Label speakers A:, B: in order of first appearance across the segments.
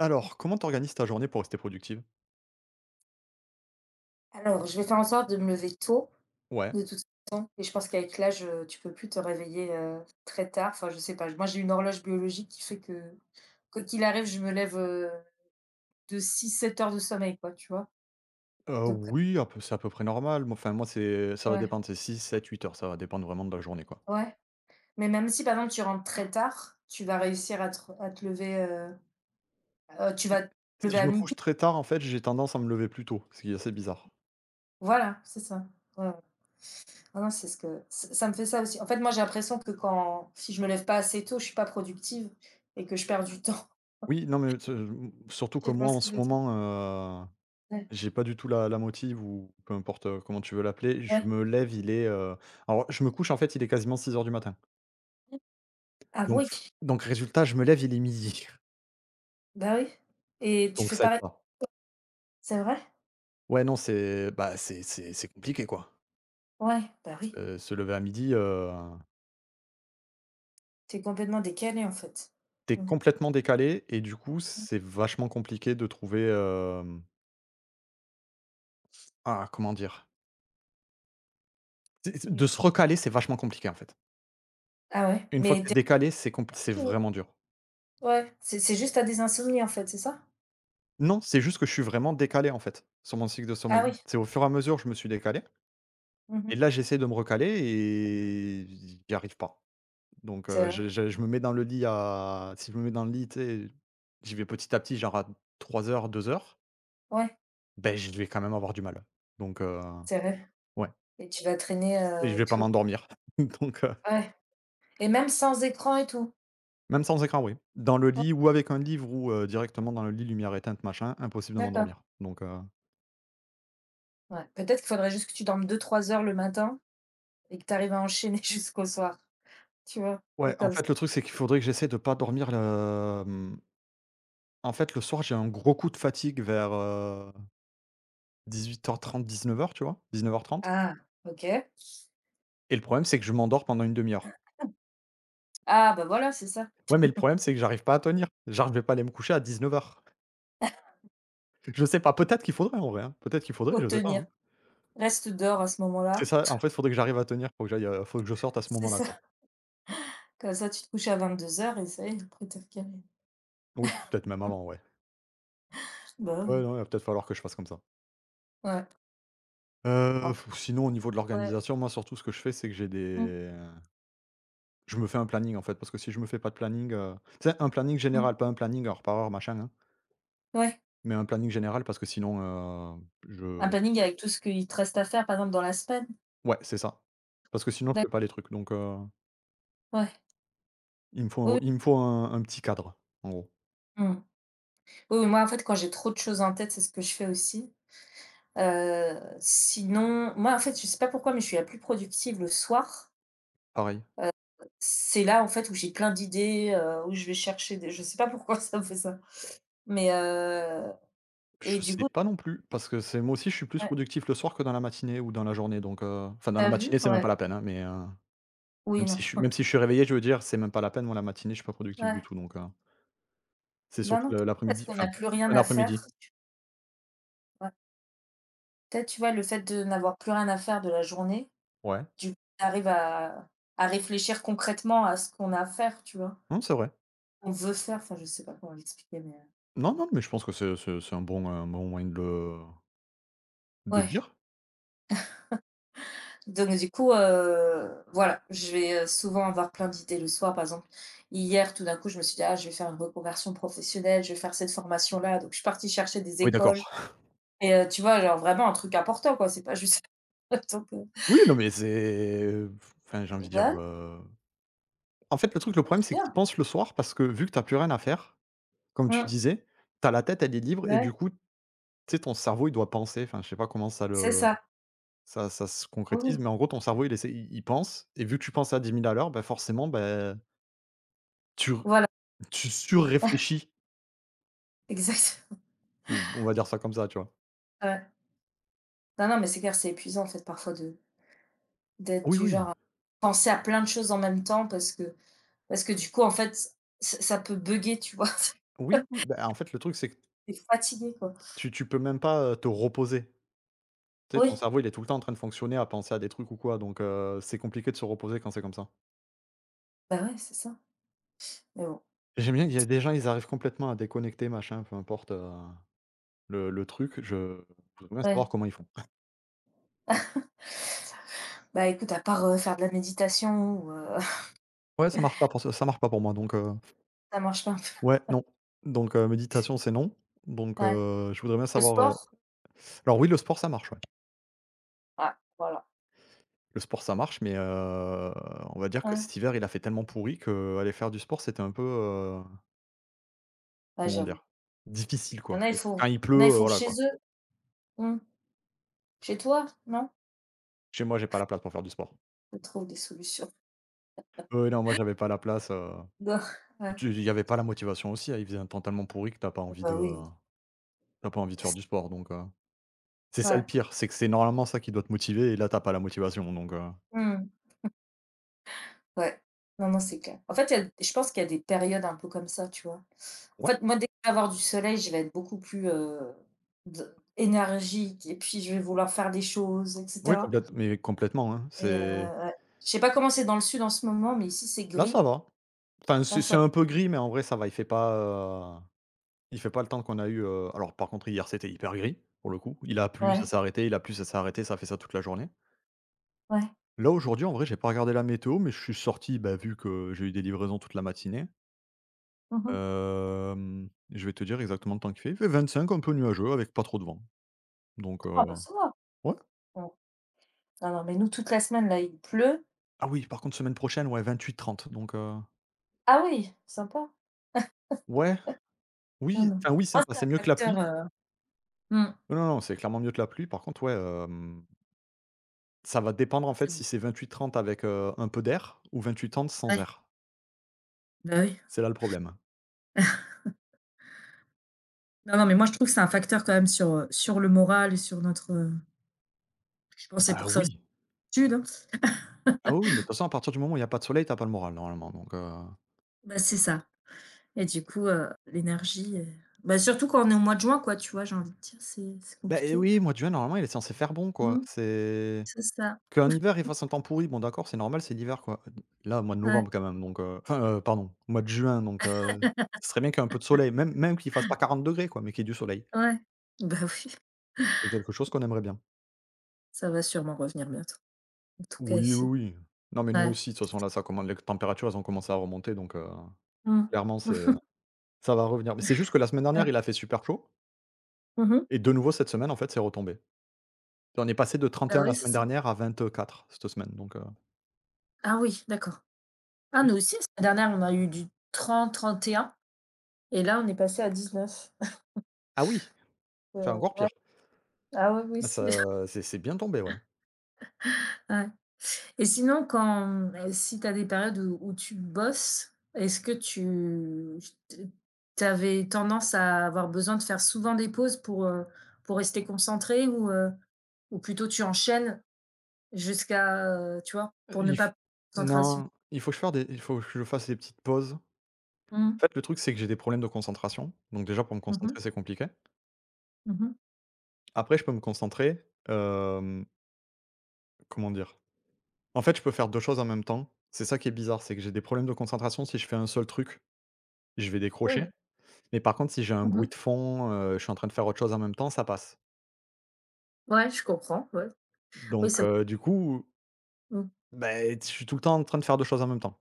A: Alors, comment t'organises ta journée pour rester productive?
B: Alors, je vais faire en sorte de me lever tôt,
A: Ouais.
B: de toute façon et je pense qu'avec l'âge, tu peux plus te réveiller, très tard. Enfin, je sais pas, moi, j'ai une horloge biologique qui fait que, quoi qu'il arrive, je me lève, de 6, 7 heures de sommeil, quoi, tu vois? Donc
A: Oui, à peu c'est à peu près normal. Moi, enfin, moi, c'est ça
B: heu,
A: va
B: ouais,
A: dépendre, c'est 6, 7, 8 heures, ça va dépendre vraiment de la journée, quoi.
B: ouais. Mais même si, par exemple, tu rentres très tard, tu vas réussir à te lever, tu
A: Si
B: vas te
A: si
B: lever
A: je
B: à
A: me couche
B: midi.
A: très tard, en fait, j'ai tendance à me lever plus tôt, ce qui est assez bizarre.
B: Voilà, c'est ça. Ouais, ouais. Ah non, c'est ce que ç ça me fait ça aussi. En fait, moi, j'ai l'impression que quand si je me lève pas assez tôt, je suis pas productive et que je perds du temps.
A: Oui, non, mais ce surtout que
B: Tu vois
A: moi,
B: ce
A: en
B: que je
A: ce
B: veux dire?
A: moment, heu,
B: Ouais.
A: j'ai pas du tout la motive ou peu importe, comment tu veux l'appeler. Je
B: Ouais.
A: me lève, il est, alors je me couche, en fait, il est quasiment 6 heures du matin.
B: Ah oui!
A: Donc résultat, je me lève, il est midi.
B: Bah oui et tu
A: Donc
B: fais
A: ça aide
B: pareil,
A: pas.
B: c'est vrai?
A: Ouais, non, c'est bah, c'est compliqué, quoi.
B: Ouais, bah oui.
A: Se lever à midi,
B: T'es complètement décalé, en fait.
A: tu
B: Mmh.
A: complètement décalé et du coup, c'est vachement compliqué de trouver, ah, comment dire? C'est
B: Mmh.
A: de se recaler, c'est vachement compliqué, en fait.
B: Ah ouais,
A: Une fois que
B: mais
A: t'es
B: tu
A: décalé, c'est
B: ou
A: vraiment dur.
B: ouais, c'est juste à des insomnies, en fait, c'est ça?
A: Non, c'est juste que je suis vraiment décalé, en fait, sur mon cycle de
B: Ah
A: sommeil.
B: oui.
A: C'est au fur et à mesure, je me suis décalé et
B: Mmh.
A: là, j'essaie de me recaler et j'y arrive pas. Donc
B: C'est vrai.
A: je me mets dans le lit à si je me mets dans le lit, tu sais, j'y vais petit à petit, genre à 3 heures 2 heures
B: Ouais,
A: ben je vais quand même avoir du mal. Donc
B: c'est vrai
A: ouais.
B: et tu vas traîner,
A: Et je
B: et
A: vais pas
B: tout.
A: m'endormir. Donc,
B: Ouais et même sans écran et tout?
A: même sans écran, oui. Dans le
B: Ouais,
A: lit ou avec un livre ou, directement dans le lit, lumière éteinte, machin, impossible de
B: d'accord.
A: m'endormir. Donc,
B: Ouais, peut-être qu'il faudrait juste que tu dormes 2, 3 heures le matin et que tu arrives à enchaîner jusqu'au soir, tu vois? Et
A: ouais, en
B: comme ça.
A: fait, le truc, c'est qu'il faudrait que j'essaie de pas dormir le, en fait, le soir, j'ai un gros coup de fatigue vers, 18:30-19:00, tu vois? 19:30,
B: Ah, OK.
A: et le problème, c'est que je m'endors pendant une demi heure.
B: Ah bah voilà, c'est ça,
A: Ouais, mais le problème, c'est que j'arrive pas à tenir. Genre, je vais pas aller me coucher à 19:00. Je sais pas, peut-être qu'il faudrait en vrai, hein. Peut-être qu'il faudrait,
B: faut
A: je sais pas,
B: tenir.
A: hein.
B: Reste dehors à ce
A: C'est
B: moment-là.
A: ça, en fait, il faudrait que j'arrive à tenir, faut que j'aille, faut que je sorte à ce
B: C'est
A: moment-là, quoi.
B: ça, comme ça tu te couches à 22 heures et ça y est, après t'es es recalé.
A: Oui, peut-être même avant, ouais.
B: Bah,
A: Ouais, non, il va peut-être falloir que je fasse comme ça.
B: ouais. Ouais.
A: Sinon au niveau de
B: Bah, ouais.
A: l'organisation, moi surtout ce que je fais, c'est que j'ai
B: Mmh,
A: des je me fais un planning en fait, parce que si je me fais pas de planning, tu sais un planning
B: mmh.
A: général, pas un planning heure par heure machin, hein,
B: Ouais,
A: mais un planning général parce que sinon, heu, je
B: un planning avec tout ce qu'il te reste à faire, par exemple, dans la semaine?
A: ouais, c'est ça. Parce que sinon je fais
B: D'acc
A: pas les trucs donc,
B: Ouais.
A: il me
B: Oui,
A: faut
B: oui.
A: il me faut un petit cadre, en gros.
B: Mmh. Oui, oui, moi, en fait, quand j'ai trop de choses en tête, c'est ce que je fais aussi. Sinon moi, en fait, je sais pas pourquoi, mais je suis la plus productive le soir.
A: Pareil,
B: Euh, c'est là, en fait, où j'ai plein d'idées, où je vais chercher des je sais pas pourquoi ça me fait ça. Mais heu et
A: je
B: du
A: sais
B: coup,
A: pas non plus, parce que c'est moi aussi je suis plus
B: ouais,
A: productif le soir que dans la matinée ou dans la journée donc, enfin dans la
B: tu vu?
A: matinée c'est même
B: Ouais.
A: pas la peine, hein, mais,
B: Oui,
A: même
B: non.
A: si je suis même si je suis réveillé, je veux dire, c'est même pas la peine, moi, la matinée, je suis pas productif du
B: Ouais.
A: tout, donc c'est
B: Non,
A: surtout
B: non,
A: le
B: peut-être parce
A: l'après-midi,
B: qu'on
A: enfin,
B: n'a plus
A: fin
B: rien à
A: d'après-midi.
B: faire, tu vois? Peut-être, tu vois, le fait de n'avoir plus rien à faire de la journée,
A: Ouais.
B: du coup, tu arrives à réfléchir concrètement à ce qu'on a à faire, tu vois?
A: Non, c'est vrai.
B: On veut faire, enfin, je sais pas comment l'expliquer, mais
A: Non, non, mais je pense que c'est un bon moyen de le
B: ouais.
A: dire.
B: Donc du coup, voilà, je vais, souvent avoir plein d'idées le soir. Par exemple, hier, tout d'un coup, je me suis dit: «Ah, je vais faire une reconversion professionnelle, je vais faire cette formation-là». Donc je suis partie chercher des
A: Oui, d'accord.
B: écoles et tu vois, genre vraiment un truc important, quoi, c'est pas juste donc heu,
A: Oui, non, mais c'est enfin, j'ai envie de dire,
B: bah, ouais,
A: en fait, le truc, le
B: bah,
A: problème,
B: c'est
A: c'est que tu y
B: bien.
A: penses le soir parce que vu que tu as plus rien à faire, comme tu
B: Mmh,
A: disais, tu as la tête, elle est libre et
B: bah, ouais,
A: du coup, tu sais, ton cerveau, il doit penser. Enfin, je sais pas comment ça
B: c'est
A: le
B: ça.
A: ça ça se
B: Oui,
A: concrétise,
B: oui,
A: mais en gros, ton cerveau, il essaie il pense et vu que tu penses à 10 000 à l'heure, bah, forcément, beh Tu r
B: voilà,
A: tu surréfléchis,
B: exact
A: on va dire ça comme ça, tu vois?
B: ouais. Non, non, mais c'est clair, c'est épuisant en fait parfois de d'être
A: Oui,
B: du
A: oui.
B: genre à penser à plein de choses en même temps parce que du coup en fait ç ça peut bugger, tu vois?
A: Oui, oui, bah, en fait, le truc, c'est que
B: Tu es fatigué, quoi.
A: tu peux même pas, te reposer. Tu sais,
B: Oui,
A: ton cerveau, il est tout le temps en train de fonctionner, à penser à des trucs ou quoi, donc c'est compliqué de se reposer quand c'est comme ça.
B: bah, ouais, c'est ça, mais bon,
A: J'aime bien qu'il y a des gens, ils arrivent complètement à déconnecter, machin, peu importe, le truc, je voudrais bien savoir
B: ouais.
A: comment ils font.
B: Bah, écoute, à part, faire de la méditation ou
A: Ouais, ça marche pas pour ça ça marche pas pour moi, donc
B: ça marche pas. Un peu.
A: ouais, non, donc méditation, c'est non, donc
B: Ouais.
A: je voudrais bien
B: Le
A: savoir,
B: sport?
A: alors oui, le sport, ça marche, ouais.
B: Ah, voilà.
A: Le sport, ça marche, mais, on va dire que
B: Ouais,
A: cet hiver, il a fait tellement pourri qu'aller faire du sport, c'était un peu,
B: ouais,
A: comment
B: j'avoue.
A: dire? Difficile,
B: Il y
A: quoi.
B: en a, ils font
A: Quand il pleut,
B: il y en a, ils font
A: voilà,
B: chez
A: quoi.
B: eux. Mmh. Chez toi? Non?
A: Chez moi, j'ai pas la place pour faire du sport.
B: On trouve des solutions.
A: Non, moi, j'avais pas la place,
B: Bah, ouais.
A: tu il y avait pas la motivation aussi, hein. Il faisait un temps tellement pourri que t'as pas envie de
B: Bah, oui.
A: t'as pas envie de faire du sport, donc, c'est ça le
B: Ouais.
A: pire, c'est que c'est normalement ça qui doit te motiver et là, t'as pas la motivation, donc,
B: Mmh. Ouais. Non, non, c'est clair. En fait, il y a je pense qu'il y a des périodes un peu comme ça, tu vois? En
A: ouais,
B: fait, moi, dès que je vais avoir du soleil, je vais être beaucoup plus, d énergique et puis je vais vouloir faire des choses et
A: oui,
B: cetera
A: complètement, hein.
B: et
A: C'est
B: ouais. Je sais pas comment c'est dans le sud en ce moment, mais ici, c'est
A: là,
B: gris.
A: ça va. Enfin,
B: Là,
A: c'est
B: ça va.
A: un peu gris, mais en vrai, ça va. Il fait pas, il fait pas le temps qu'on a eu, alors par contre hier c'était hyper gris, pour le coup. Il a plu, ça
B: Ouais,
A: s'est arrêté, il a plu, ça s'est arrêté, ça a fait ça toute la journée.
B: ouais.
A: Là aujourd'hui en vrai j'ai pas regardé la météo, mais je suis sorti, bah, vu que j'ai eu des livraisons toute la matinée.
B: Mmh.
A: Je vais te dire exactement le temps qu'il fait. Il fait 25, un peu nuageux avec pas trop de vent. Donc,
B: Ah bah, ça va.
A: ouais.
B: Bon. Non, non, mais nous, toute la semaine, là, il pleut.
A: Ah oui, par contre semaine prochaine, ouais 28-30 donc,
B: Ah oui, sympa.
A: ouais,
B: Non,
A: oui,
B: non.
A: enfin oui
B: Moi,
A: sympa,
B: c'est un
A: c'est mieux que la
B: facteur,
A: pluie.
B: mmh,
A: Non, non, non, c'est clairement mieux que la pluie. Par contre, ouais, ça va dépendre en
B: moi,
A: fait
B: c'est bon.
A: si c'est 28-30 avec, un peu d'air ou 28-30 sans
B: Ouais,
A: air.
B: bah, oui.
A: C'est là le problème.
B: Non, non, mais moi, je trouve que c'est un facteur quand même sur, sur le moral et sur notre, je pense que c'est
A: Bah
B: pour ça aussi
A: oui.
B: sud, hein.
A: Ah oui, oui, mais de toute façon, à partir du moment où il y a pas de soleil, t'as pas le moral normalement, donc
B: Bah, c'est ça et du coup, l'énergie, bah, surtout quand on est au mois de juin, quoi, tu vois? J'ai envie de dire, c'est
A: bah, eh
B: compliqué.
A: oui, mois de juin, normalement, il est censé faire bon, quoi.
B: Mmh,
A: C'est
B: c'est ça.
A: qu'en hiver, il fasse un temps pourri, bon d'accord, c'est normal, c'est l'hiver, quoi. Là, mois de
B: Ouais,
A: novembre quand même, donc enfin, pardon, mois de juin, donc ce serait bien qu'il y ait un peu de soleil, même qu'il fasse pas 40 degrés, quoi, mais qu'il y ait du soleil.
B: ouais. Bah, oui,
A: C'est quelque chose qu'on aimerait bien.
B: ça va sûrement revenir bientôt. En tout cas
A: Oui, oui,
B: ici.
A: oui. Non, mais nous
B: Ouais.
A: aussi, de toute façon, là, ça commence. Les températures, elles ont commencé à remonter, donc
B: Mmh.
A: clairement, ça va revenir. Mais c'est juste que la semaine dernière,
B: Ouais.
A: il a fait super chaud
B: Mmh mh.
A: et de nouveau cette semaine, en fait, c'est retombé. On est passé de trente et
B: Bah,
A: un la
B: oui,
A: semaine
B: c'est ça.
A: dernière à 24 cette semaine, donc
B: Ah oui, d'accord. Ah,
A: oui.
B: nous aussi, la semaine dernière, on a eu du 30-31 et là, on est passé à 19.
A: Ah oui! C'est
B: Heu,
A: encore pire.
B: ouais. Ah oui, oui,
A: Là
B: c'est
A: ça c'est bien tombé, ouais.
B: ouais. Et sinon, quand si tu as des périodes où tu bosses, est-ce que tu avais tendance à avoir besoin de faire souvent des pauses pour, pour, rester concentré ou, plutôt tu enchaînes jusqu'à, tu vois? Pour ne
A: Il
B: pas
A: f
B: perdre la concentration.
A: non, il faut que je fasse des petites pauses.
B: Mmh.
A: En fait, le truc, c'est que j'ai des problèmes de concentration, donc déjà pour me
B: Mmh mh.
A: concentrer, c'est compliqué.
B: Mmh mh.
A: Après, je peux me concentrer, comment dire? En fait, je peux faire 2 choses en même temps. C'est ça qui est bizarre, c'est que j'ai des problèmes de concentration. Si je fais un seul truc, je vais décrocher,
B: Oui.
A: mais par contre, si j'ai un bruit
B: Mmh.
A: de fond, je suis en train de faire autre chose en même temps, ça passe,
B: Ouais, je comprends, ouais. Oui, c'est
A: donc
B: vrai.
A: du coup
B: Mmh.
A: ben je suis tout le temps en train de faire 2 choses en même temps.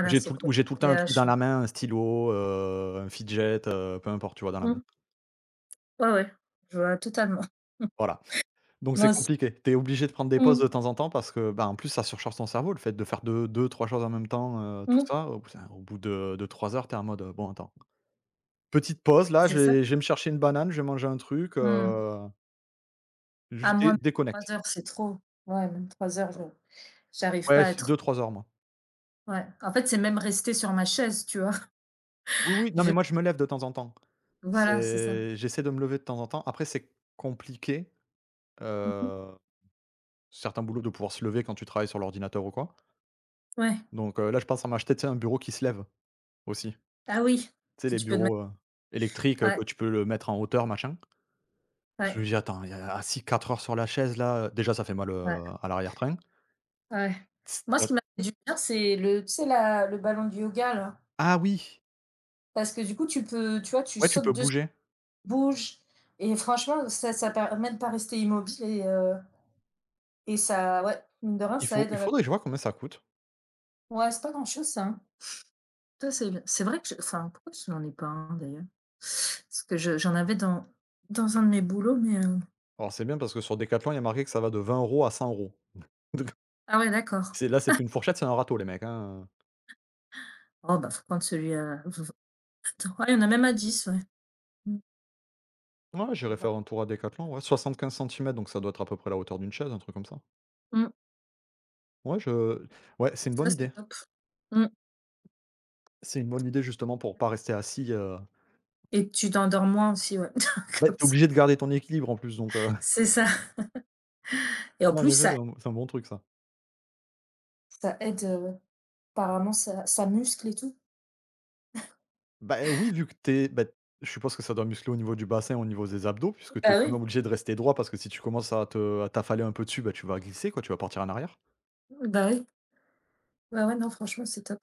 A: Ou j'ai tout
B: c'est
A: le ou
B: côté
A: j'ai tout le temps un truc dans
B: TDAH, ouais.
A: la main, un stylo, un fidget, peu importe, tu vois, dans la main.
B: Mmh. Ouais, ouais, je vois totalement.
A: Voilà, donc c'est
B: Moi aussi.
A: compliqué. Tu es obligé de prendre des pauses
B: Mmh.
A: de temps en temps parce que, bah, en plus, ça surcharge ton cerveau, le fait de faire deux trois choses en même temps, tout
B: Mmh.
A: ça, au bout de 3 heures, tu es en mode, «Bon, attends, petite pause là, je
B: C'est ça.
A: vais je vais me chercher une banane, je vais manger un truc,
B: Mmh. Ah
A: juste dé
B: moi,
A: déconnecte».
B: 3 heures, c'est trop. Ouais, même 3 heures, je j'arrive
A: Ouais,
B: pas à
A: c'est
B: être
A: 2-3 heures moi.
B: ouais. En fait, c'est même rester sur ma chaise, tu vois?
A: Oui, oui, non, mais
B: J'ai
A: moi, je me lève de temps en temps.
B: voilà, c'est ça.
A: C'est j'essaie de me lever de temps en temps. Après, c'est compliqué
B: Mmh.
A: Heu, certains boulots de pouvoir se lever quand tu travailles sur l'ordinateur ou quoi.
B: Ouais.
A: Donc, là, je pense à m'acheter, tu sais, un bureau qui se lève aussi.
B: Ah oui,
A: Tu sais,
B: si
A: les
B: tu peux te mettre
A: bureaux, électriques, que
B: ouais,
A: tu peux le mettre en hauteur, machin. Je
B: ouais,
A: me dis: «Attends, il y a assis 4 heures sur la chaise là, déjà ça fait mal,
B: ouais,
A: à l'arrière-train.
B: ouais.
A: Tss,
B: Moi, ce
A: heu
B: qui m'a fait du bien, c'est le tu sais la le ballon de yoga là,
A: ah oui!
B: parce que du coup, tu peux, tu vois, tu
A: Ouais, tu peux
B: sautes dessus,
A: bouger.
B: tu bouges et franchement, ça permet de pas rester immobile et ça, ouais, mine de rien,
A: Il
B: ça
A: faut
B: aide
A: il
B: à la
A: faudrait que je vois combien ça coûte.
B: ouais, c'est pas grand chose ça, hein. Ça, c'est vrai que je enfin, pourquoi je n'en ai pas un d'ailleurs? Parce que je j'en avais dans un de mes boulots, mais
A: Alors c'est bien parce que sur Decathlon, il y a marqué que ça va de 20 euros à 100 euros. Donc
B: ah ouais, d'accord.
A: c'est là, c'est plus une fourchette, c'est un râteau les mecs, hein.
B: Oh bah, faut prendre celui à v v attends, ouais, il y en a même à dix, ouais. Mmh.
A: Ouais,
B: Faut
A: j'irai
B: voir.
A: faire un tour à Decathlon, ouais, 75 centimètres, donc ça doit être à peu près la hauteur d'une chaise, un truc comme ça.
B: Mmh
A: Ouais, je ouais, c'est
B: et
A: une
B: ça,
A: bonne idée.
B: c'est top. Mmh
A: C'est une bonne idée justement pour pas rester assis,
B: et tu t'endors moins aussi, ouais,
A: bah,
B: comme
A: tu
B: ça.
A: obligé de garder ton équilibre en plus donc,
B: C'est ça et en
A: ouais, en
B: plus,
A: effet, c'est
B: ça
A: un bon truc ça.
B: ça aide, apparemment ça muscle et tout.
A: Bah, oui, vu que t'es, bah, je suppose que ça doit muscler au niveau du bassin, au niveau des abdos puisque t'es
B: Bah
A: quand même
B: oui,
A: obligé de rester droit parce que si tu commences à te à t'affaler un peu dessus, bah, tu vas glisser quoi, tu vas partir en arrière.
B: bah oui. Ouais, ouais, non, franchement, c'est top.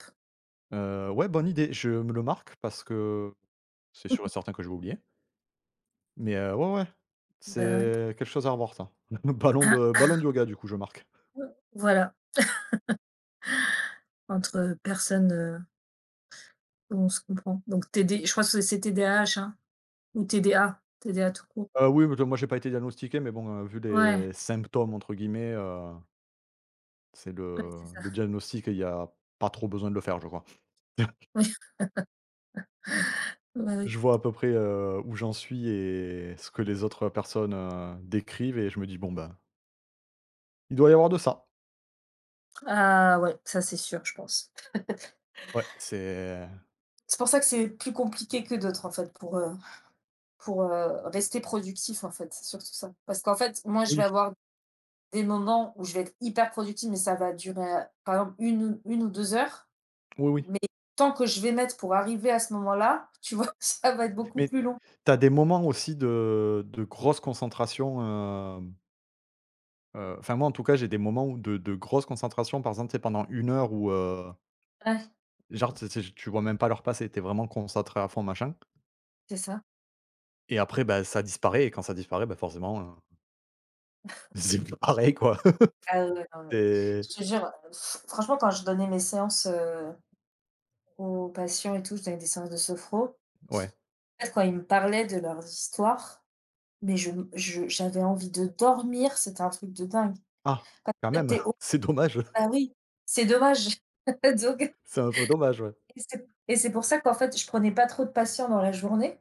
A: Ouais, bonne idée, je me le marque parce que c'est sûr et certain que je vais oublier mais, ouais,
B: Bah ouais.
A: c'est quelque chose à revoir ça. Ballon de yoga du coup, je marque.
B: Voilà, entre personnes, on se comprend. Donc TD je crois que c'est TDAH, hein, ou TDA, tout court.
A: Oui, mais moi j'ai pas été diagnostiqué, mais bon, vu
B: Ouais,
A: les «symptômes» entre guillemets, c'est
B: ouais,
A: le
B: c'est ça.
A: le diagnostic, il y a pas trop besoin de le faire, je crois.
B: Oui, bah, oui.
A: Je vois à peu près, où j'en suis et ce que les autres personnes, décrivent et je me dis: «Bon, ben, il doit y avoir de ça».
B: Ah ouais, ça c'est sûr, je pense.
A: Ouais, c'est
B: C'est pour ça que c'est plus compliqué que d'autres, en fait, pour, rester productif, en fait, c'est surtout ça. Parce qu'en fait, moi, je vais
A: oui,
B: avoir des moments où je vais être hyper productive, mais ça va durer, par exemple une ou une ou 2 heures,
A: oui, oui,
B: mais tant que je vais mettre pour arriver à ce moment-là, tu vois? Ça va être beaucoup
A: mais
B: plus long.
A: tu as des moments aussi de grosse concentration, hem, enfin moi en tout cas, j'ai des moments où de grosse concentration, par exemple, tu sais pendant une heure où, heu.
B: Ouais,
A: Genre, tu sais, tu vois même pas leur passer, tu vraiment concentré à fond, machin
B: c'est ça.
A: et après, bah, ça disparaît et quand ça disparaît, bah, forcément, c'est plus pareil, quoi.
B: Ah ouais, ouais, non mais
A: C'est
B: je te jure, franchement quand je donnais mes séances, aux patients et tout, je donnais des séances de sophro.
A: ouais.
B: En fait, quand ils me parlaient de leurs histoires, mais je j'avais envie de dormir, c'était un truc de dingue.
A: Ah, quand
B: En fait,
A: même,
B: tu au
A: c'est dommage.
B: bah oui, c'est dommage. Donc
A: C'est un peu dommage, ouais.
B: c'est pour ça qu'en fait, je prenais pas trop de patients dans la journée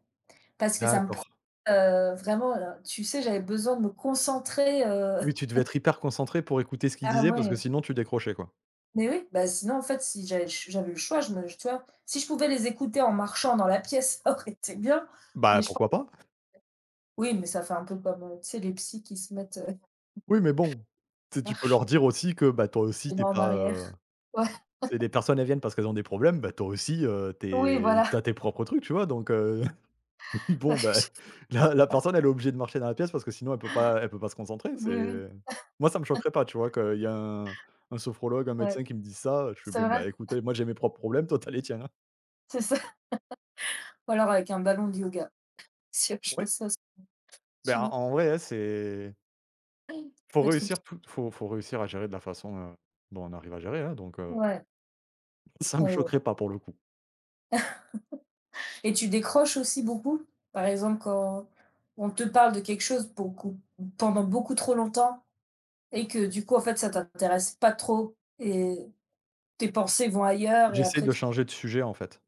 B: parce que ça me prenait,
A: D'accord.
B: vraiment, tu sais, j'avais besoin de me concentrer,
A: Oui, tu devais être hyper concentré pour écouter ce qu'ils
B: ah
A: disaient parce que
B: ouais.
A: sinon tu décrochais, quoi.
B: Mais oui, bah, sinon, en fait, si j'avais le ch j'avais le choix, je me tu vois? Si je pouvais les écouter en marchant dans la pièce, ça aurait été bien,
A: Bah,
B: mais je pen
A: pourquoi pas?
B: oui, mais ça fait un peu comme, tu sais, les psys qui se mettent,
A: Oui, mais bon, tu sais, tu peux
B: marche,
A: leur dire aussi que, bah, toi aussi
B: les
A: t'es
B: mains en
A: pas,
B: arrière. Ouais,
A: tu sais, les personnes, elles viennent parce qu'elles ont des problèmes, bah, toi aussi,
B: oui,
A: tu
B: voilà.
A: es tes propres trucs, tu vois? Donc heu. Oui,
B: Ouais,
A: bon, bah,
B: je
A: la personne, elle est obligée de marcher dans la pièce parce que sinon elle peut pas se concentrer,
B: mais oui,
A: c'est moi, ça me choquerait pas, tu vois? Qu'il y a un sophrologue, un
B: ouais,
A: médecin qui me dit ça, je fais:
B: c'est
A: «Bon,
B: vrai,
A: bah, écoutez, moi, j'ai mes propres problèmes, toi, t'as les tiens, hein».
B: c'est ça. Ou alors avec un ballon de yoga, si je fais
A: Ouais,
B: ça,
A: ben,
B: tu
A: en
B: vois?
A: en vrai, hein, c'est faut
B: Le truc
A: réussir tout faut faut réussir à gérer de la façon, dont on arrive à gérer, hein, donc
B: ouais,
A: ça me
B: ouais, ouais
A: choquerait pas pour le coup.
B: et tu décroches aussi beaucoup? Par exemple, quand on te parle de quelque chose beaucoup pendant beaucoup trop longtemps? Et que du coup, en fait, ça t'intéresse pas trop et tes pensées vont ailleurs et
A: J'essaie
B: après,
A: de
B: tu...
A: changer de sujet, en fait,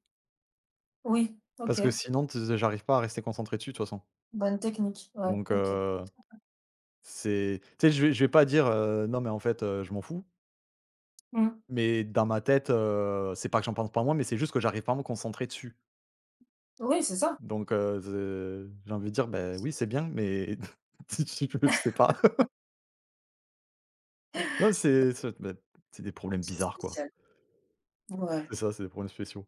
B: oui,
A: parce que
B: ok,
A: sinon tu j'arrive pas à rester concentré dessus, de toute façon,
B: bonne technique, ouais,
A: donc
B: ok.
A: c'est tu sais, je vais pas dire, «Non, mais en fait, je m'en fous».
B: Mmh.
A: Mais dans ma tête, c'est pas que j'en pense pas moins, mais c'est juste que j'arrive pas à me concentrer dessus.
B: Oui, c'est ça.
A: Donc ze j'ai envie de dire: ben oui, c'est bien, mais si tu sais pas». Non, c'est bah, c'est des problèmes
B: C'est
A: bizarres, quoi.
B: spécial. Ouais.
A: C'est ça, c'est des problèmes spéciaux.